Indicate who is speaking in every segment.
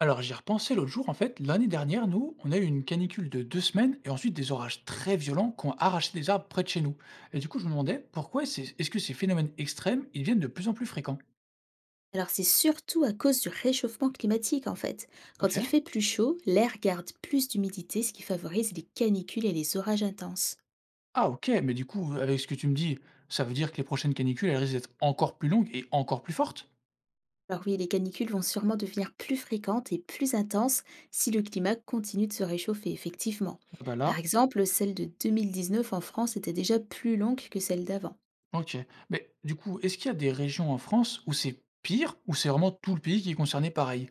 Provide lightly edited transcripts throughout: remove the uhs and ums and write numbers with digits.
Speaker 1: Alors j'y repensais l'autre jour, en fait, l'année dernière, nous, on a eu une canicule de 2 semaines et ensuite des orages très violents qui ont arraché des arbres près de chez nous. Et du coup, je me demandais pourquoi est-ce que ces phénomènes extrêmes, ils deviennent de plus en plus fréquents.
Speaker 2: Alors c'est surtout à cause du réchauffement climatique en fait.
Speaker 1: Ok.
Speaker 2: Quand il fait plus chaud, l'air garde plus d'humidité, ce qui favorise les canicules et les orages intenses.
Speaker 1: Ah ok, mais du coup, avec ce que tu me dis, ça veut dire que les prochaines canicules, elles risquent d'être encore plus longues et encore plus fortes.
Speaker 2: Alors oui, les canicules vont sûrement devenir plus fréquentes et plus intenses si le climat continue de se réchauffer, effectivement.
Speaker 1: Ah bah
Speaker 2: Par
Speaker 1: là,
Speaker 2: exemple, celle de 2019 en France était déjà plus longue que celle d'avant.
Speaker 1: ok. Mais du coup, est-ce qu'il y a des régions en France où c'est pire, ou c'est vraiment tout le pays qui est concerné pareil?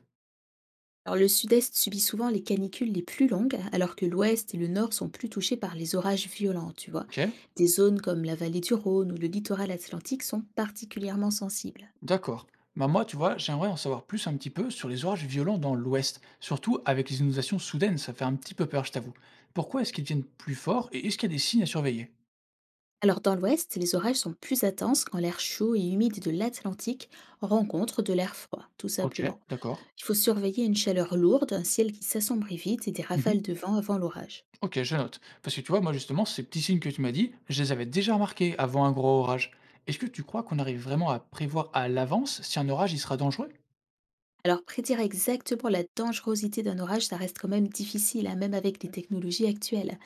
Speaker 2: Alors, le sud-est subit souvent les canicules les plus longues, alors que l'ouest et le nord sont plus touchés par les orages violents, tu vois.
Speaker 1: Ok.
Speaker 2: Des zones comme la vallée du Rhône ou le littoral atlantique sont particulièrement sensibles.
Speaker 1: D'accord. Bah moi, tu vois, j'aimerais en savoir plus un petit peu sur les orages violents dans l'Ouest, surtout avec les inondations soudaines, ça fait un petit peu peur, je t'avoue. Pourquoi est-ce qu'ils deviennent plus forts et est-ce qu'il y a des signes à surveiller?
Speaker 2: Alors, dans l'ouest, les orages sont plus intenses quand l'air chaud et humide de l'Atlantique rencontre de l'air froid, tout
Speaker 1: Ok,
Speaker 2: simplement.
Speaker 1: d'accord.
Speaker 2: Il faut surveiller une chaleur lourde, un ciel qui s'assombrit vite et des
Speaker 1: Mhm.
Speaker 2: rafales de vent avant l'orage.
Speaker 1: Ok, je note. Parce que tu vois, moi justement, ces petits signes que tu m'as dit, je les avais déjà remarqués avant un gros orage. Est-ce que tu crois qu'on arrive vraiment à prévoir à l'avance si un orage il sera dangereux?
Speaker 2: Alors, prédire exactement la dangerosité d'un orage, ça reste quand même difficile, hein, même avec les technologies actuelles.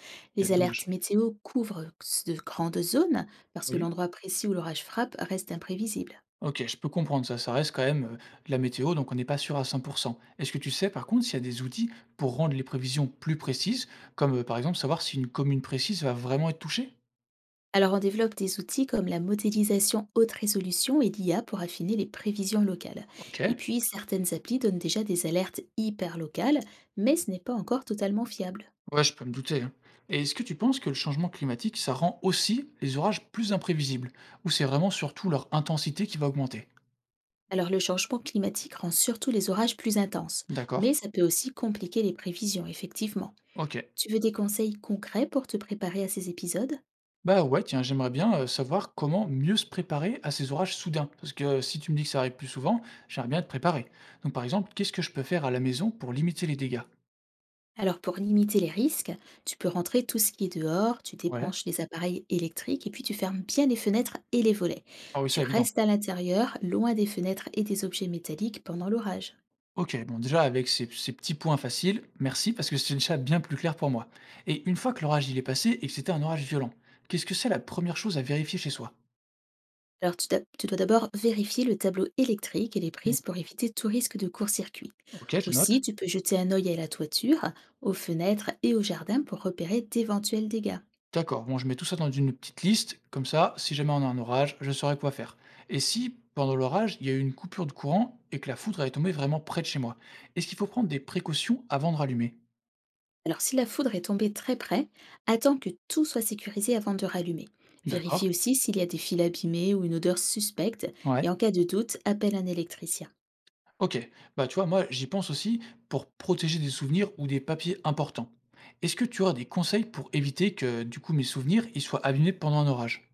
Speaker 1: Ok,
Speaker 2: Les alertes
Speaker 1: dommage.
Speaker 2: météo couvrent de grandes zones parce que
Speaker 1: Oui.
Speaker 2: l'endroit précis où l'orage frappe reste imprévisible.
Speaker 1: OK, je peux comprendre ça, ça reste quand même, de la météo, donc on n'est pas sûr à 100. Est-ce que tu sais par contre s'il y a des outils pour rendre les prévisions plus précises, comme, par exemple savoir si une commune précise va vraiment être touchée?
Speaker 2: Alors, on développe des outils comme la modélisation haute résolution et l'IA pour affiner les prévisions locales. Et
Speaker 1: OK,
Speaker 2: puis, certaines applis donnent déjà des alertes hyper locales, mais ce n'est pas encore totalement fiable.
Speaker 1: ouais, je peux me douter, hein. Et est-ce que tu penses que le changement climatique, ça rend aussi les orages plus imprévisibles? Ou c'est vraiment surtout leur intensité qui va augmenter?
Speaker 2: Alors, le changement climatique rend surtout les orages plus intenses,
Speaker 1: D'accord,
Speaker 2: mais ça peut aussi compliquer les prévisions, effectivement.
Speaker 1: OK.
Speaker 2: Tu veux des conseils concrets pour te préparer à ces épisodes?
Speaker 1: Bah, ouais, tiens, j'aimerais bien, savoir comment mieux se préparer à ces orages soudains. Parce que si tu me dis que ça arrive plus souvent, j'aimerais bien être préparé. Donc par exemple, qu'est-ce que je peux faire à la maison pour limiter les dégâts?
Speaker 2: Alors pour limiter les risques, tu peux rentrer tout ce qui est dehors, tu
Speaker 1: Ouais.
Speaker 2: débranches les appareils électriques et puis tu fermes bien les fenêtres et les volets.
Speaker 1: Ah oui,
Speaker 2: Tu
Speaker 1: ça évident.
Speaker 2: restes à l'intérieur, loin des fenêtres et des objets métalliques pendant l'orage.
Speaker 1: OK, bon déjà avec ces petits points faciles, merci parce que c'est déjà bien plus clair pour moi. Et une fois que l'orage il est passé et que c'était un orage violent, qu'est-ce que c'est la première chose à vérifier chez soi?
Speaker 2: Alors tu dois d'abord vérifier le tableau électrique et les
Speaker 1: Mmh.
Speaker 2: prises pour éviter tout risque de court-circuit.
Speaker 1: OK, je note.
Speaker 2: Aussi, tu peux jeter un œil à la toiture, aux fenêtres et au jardin pour repérer d'éventuels dégâts.
Speaker 1: D'accord, bon je mets tout ça dans une petite liste, comme ça, si jamais on a un orage, je saurai quoi faire. Et si, pendant l'orage, il y a eu une coupure de courant et que la foudre est tombée vraiment près de chez moi, est-ce qu'il faut prendre des précautions avant de rallumer?
Speaker 2: Alors si la foudre est tombée très près, attends que tout soit sécurisé avant de rallumer. Vérifie
Speaker 1: D'accord.
Speaker 2: aussi s'il y a des fils abîmés ou une odeur suspecte et
Speaker 1: Ouais.
Speaker 2: en cas de doute, appelle un électricien.
Speaker 1: Ok. Bah tu vois, moi j'y pense aussi pour protéger des souvenirs ou des papiers importants. Est-ce que tu auras des conseils pour éviter que du coup mes souvenirs ils soient abîmés pendant un orage?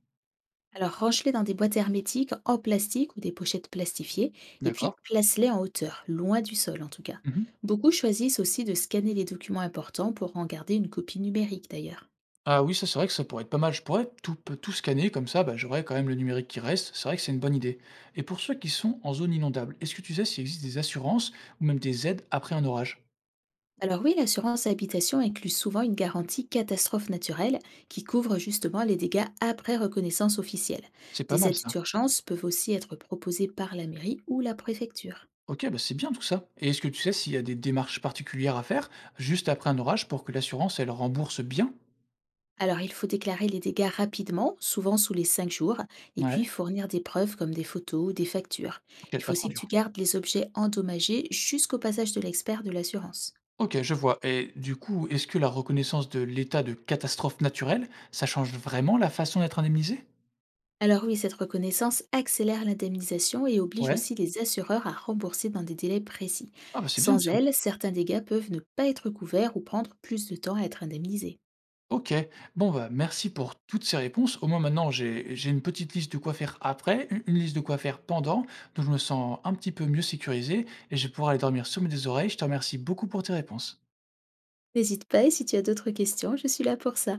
Speaker 2: Alors range-les dans des boîtes hermétiques en plastique ou des pochettes plastifiées et puis
Speaker 1: D'accord.
Speaker 2: place-les en hauteur, loin du sol en tout cas.
Speaker 1: Mhm.
Speaker 2: Beaucoup choisissent aussi de scanner les documents importants pour en garder une copie numérique d'ailleurs.
Speaker 1: Ah oui, ça, c'est vrai que ça pourrait être pas mal. Je pourrais tout p tout scanner comme ça, bah, j'aurais quand même le numérique qui reste. C'est vrai que c'est une bonne idée. Et pour ceux qui sont en zone inondable, est-ce que tu sais s'il existe des assurances ou même des aides après un orage?
Speaker 2: Alors oui, l'assurance habitation inclut souvent une garantie catastrophe naturelle qui couvre justement les dégâts après reconnaissance officielle.
Speaker 1: C'est pas
Speaker 2: Des
Speaker 1: mal
Speaker 2: aides
Speaker 1: ça.
Speaker 2: d'urgence peuvent aussi être proposées par la mairie ou la préfecture.
Speaker 1: OK, bah, c'est bien tout ça. Et est-ce que tu sais s'il y a des démarches particulières à faire juste après un orage pour que l'assurance, elle rembourse bien?
Speaker 2: Alors il faut déclarer les dégâts rapidement, souvent sous les 5 jours, et puis
Speaker 1: Ouais,
Speaker 2: fournir des preuves comme des photos ou des factures.
Speaker 1: OK,
Speaker 2: Il faut
Speaker 1: pas trop
Speaker 2: aussi que tu
Speaker 1: dur.
Speaker 2: gardes les objets endommagés jusqu'au passage de l'expert de l'assurance.
Speaker 1: OK, je vois. Et du coup, est-ce que la reconnaissance de l'état de catastrophe naturelle, ça change vraiment la façon d'être indemnisé?
Speaker 2: Alors oui, cette reconnaissance accélère l'indemnisation et oblige
Speaker 1: Ouais.
Speaker 2: aussi les assureurs à rembourser dans des délais précis.
Speaker 1: Ah bah, c'est bien
Speaker 2: Sans
Speaker 1: ça.
Speaker 2: elle, certains dégâts peuvent ne pas être couverts ou prendre plus de temps à être indemnisés.
Speaker 1: OK. Bon, bah, merci pour toutes ces réponses. Au moins maintenant, j'ai une petite liste de quoi faire après, u une liste de quoi faire pendant, donc je me sens un petit peu mieux sécurisé et je vais pouvoir aller dormir sur mes 2 oreilles. Je te remercie beaucoup pour tes réponses.
Speaker 2: N'hésite pas et si tu as d'autres questions, je suis là pour ça.